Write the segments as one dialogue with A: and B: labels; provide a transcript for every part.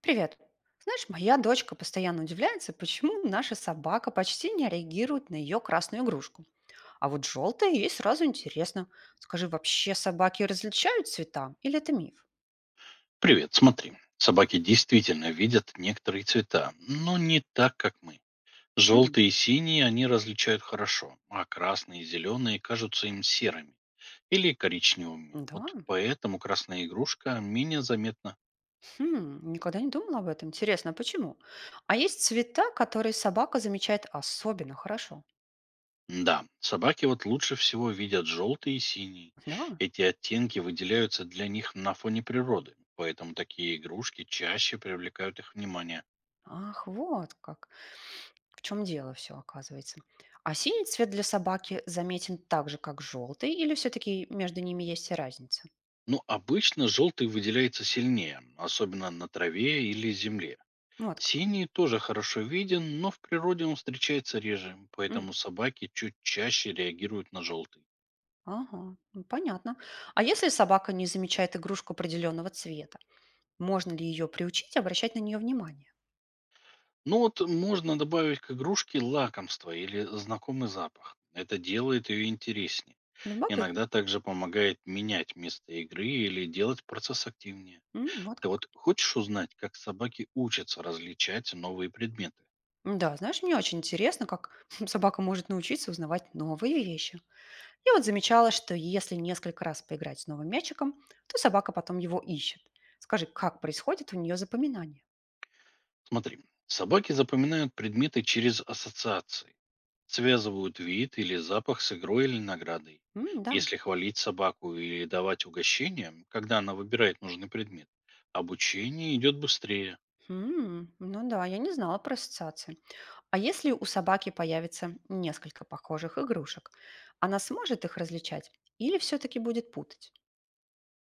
A: Привет. Знаешь, моя дочка постоянно удивляется, почему наша собака почти не реагирует на ее красную игрушку. А вот желтая ей сразу интересно. Скажи, вообще собаки различают цвета или это миф?
B: Привет, смотри. Собаки действительно видят некоторые цвета, но не так, как мы.
A: М,
B: Желтые и синие они различают хорошо, а красные и зеленые кажутся им серыми или коричневыми.
A: да,
B: Вот поэтому красная игрушка менее заметна.
A: хм, никогда не думала об этом. Интересно, а почему? А есть цвета, которые собака замечает особенно хорошо.
B: Да, собаки вот лучше всего видят желтый и синий.
A: Да,
B: Эти оттенки выделяются для них на фоне природы, поэтому такие игрушки чаще привлекают их внимание.
A: ах, вот как. В чем дело все оказывается. А синий цвет для собаки заметен так же, как желтый, или все-таки между ними есть разница?
B: Но обычно желтый выделяется сильнее, особенно на траве или земле.
A: Ну, вот как.
B: Синий тоже хорошо виден, но в природе он встречается реже,
A: М,
B: поэтому собаки чуть чаще реагируют на желтый.
A: Ага, ну, понятно. А если собака не замечает игрушку определенного цвета, можно ли ее приучить обращать на нее внимание?
B: Ну вот можно добавить к игрушке лакомство или знакомый запах. Это делает ее интереснее.
A: Любопытно.
B: Иногда также помогает менять место игры или делать процесс активнее.
A: М, вот
B: Ты
A: как.
B: вот хочешь узнать, как собаки учатся различать новые предметы?
A: Да, знаешь, мне очень интересно, как собака может научиться узнавать новые вещи. Я вот замечала, что если несколько раз поиграть с новым мячиком, то собака потом его ищет. Скажи, как происходит у нее запоминание?
B: Смотри, собаки запоминают предметы через ассоциации. Связывают вид или запах с игрой или наградой.
A: М, да.
B: Если хвалить собаку или давать угощение, когда она выбирает нужный предмет, обучение идет быстрее.
A: М, ну да, я не знала про ассоциации. А если у собаки появится несколько похожих игрушек, она сможет их различать или все-таки будет путать?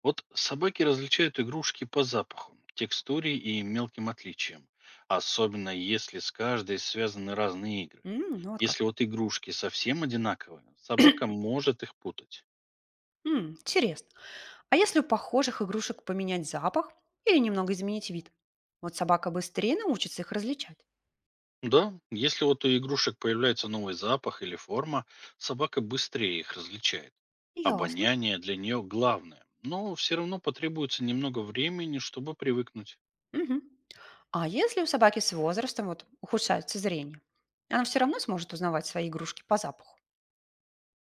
B: Вот собаки различают игрушки по запаху, текстуре и мелким отличиям, особенно если с каждой связаны разные игры.
A: М, ну вот
B: Если
A: как.
B: вот игрушки совсем одинаковые, собака может их путать.
A: М, интересно. А если у похожих игрушек поменять запах или немного изменить вид? Вот собака быстрее научится их различать.
B: Да, если вот у игрушек появляется новый запах или форма, собака быстрее их различает.
A: Ясно.
B: Обоняние для нее главное, но все равно потребуется немного времени, чтобы привыкнуть.
A: Мгм. А если у собаки с возрастом вот ухудшается зрение, она все равно сможет узнавать свои игрушки по запаху.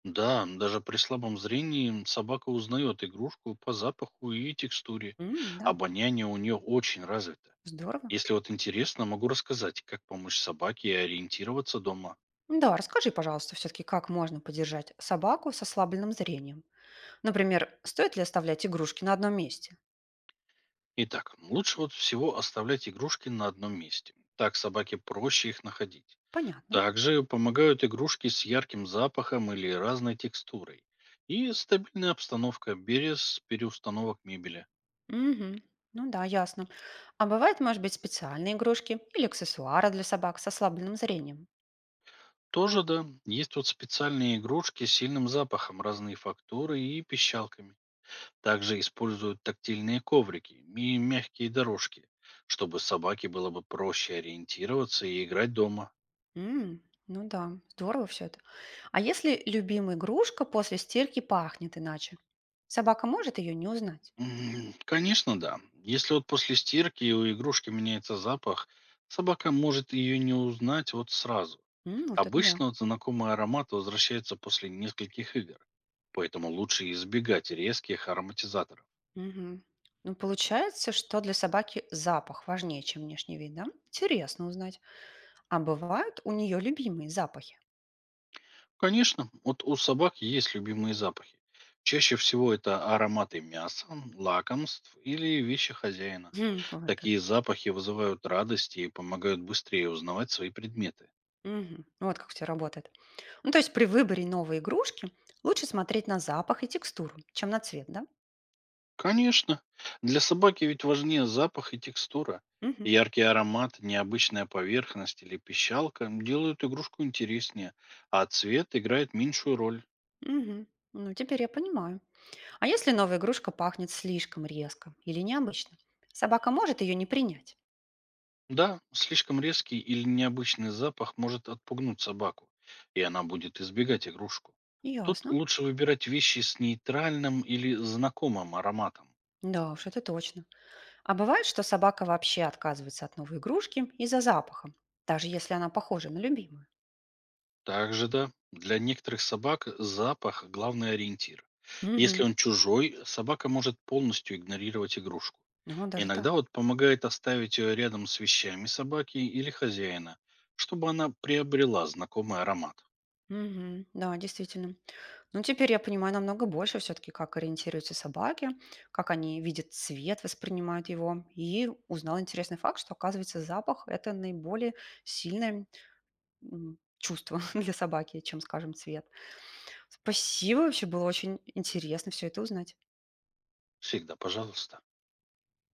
B: Да, даже при слабом зрении собака узнает игрушку по запаху и текстуре.
A: М, да,
B: Обоняние у нее очень развито.
A: здорово.
B: Если вот интересно, могу рассказать, как помочь собаке ориентироваться дома.
A: Да, расскажи, пожалуйста, все-таки, как можно поддержать собаку с ослабленным зрением. Например, стоит ли оставлять игрушки на одном месте?
B: Итак, лучше вот всего оставлять игрушки на одном месте. Так собаке проще их находить.
A: Понятно.
B: Также помогают игрушки с ярким запахом или разной текстурой. И стабильная обстановка без переустановок мебели.
A: Мгм. Ну да, ясно. А бывают, может быть, специальные игрушки или аксессуары для собак с ослабленным зрением?
B: Тоже, да, есть вот специальные игрушки с сильным запахом, разные фактуры и пищалками. Также используют тактильные коврики и мягкие дорожки, чтобы собаке было бы проще ориентироваться и играть дома.
A: М, ну да, здорово все это. А если любимая игрушка после стирки пахнет иначе? Собака может ее не узнать?
B: М, конечно, да. Если вот после стирки у игрушки меняется запах, собака может ее не узнать вот сразу.
A: М, вот это да.
B: Обычно вот знакомые ароматы возвращаются после нескольких игр, поэтому лучше избегать резких ароматизаторов.
A: Мгм. Ну, получается, что для собаки запах важнее, чем внешний вид, да? Интересно узнать. А бывают у нее любимые запахи?
B: Конечно, вот у собак есть любимые запахи. Чаще всего это ароматы мяса, лакомств или вещи хозяина.
A: Хм, вот как.
B: Такие запахи вызывают радость и помогают быстрее узнавать свои предметы.
A: Мгм. Ну, вот как все работает. Ну, то есть при выборе новой игрушки лучше смотреть на запах и текстуру, чем на цвет, да?
B: Конечно. Для собаки ведь важнее запах и текстура.
A: Мгм.
B: Яркий аромат, необычная поверхность или пищалка делают игрушку интереснее, а цвет играет меньшую роль.
A: Мгм. Ну, теперь я понимаю. А если новая игрушка пахнет слишком резко или необычно? Собака может ее не принять?
B: Да, слишком резкий или необычный запах может отпугнуть собаку, и она будет избегать игрушку. Тут
A: Ясно.
B: лучше выбирать вещи с нейтральным или знакомым ароматом.
A: Да уж, это точно. А бывает, что собака вообще отказывается от новой игрушки из-за запаха, даже если она похожа на любимую?
B: Также, да, для некоторых собак запах – главный ориентир. Если
A: Угу.
B: он чужой, собака может полностью игнорировать игрушку.
A: Ну, даже
B: Иногда
A: так.
B: вот помогает оставить ее рядом с вещами собаки или хозяина, чтобы она приобрела знакомый аромат.
A: Мгм. Да, действительно. Ну, теперь я понимаю намного больше все-таки, как ориентируются собаки, как они видят цвет, воспринимают его. И узнал интересный факт, что, оказывается, запах– это наиболее сильное чувство для собаки, чем, скажем, цвет. Спасибо, вообще было очень интересно все это узнать.
B: Всегда пожалуйста.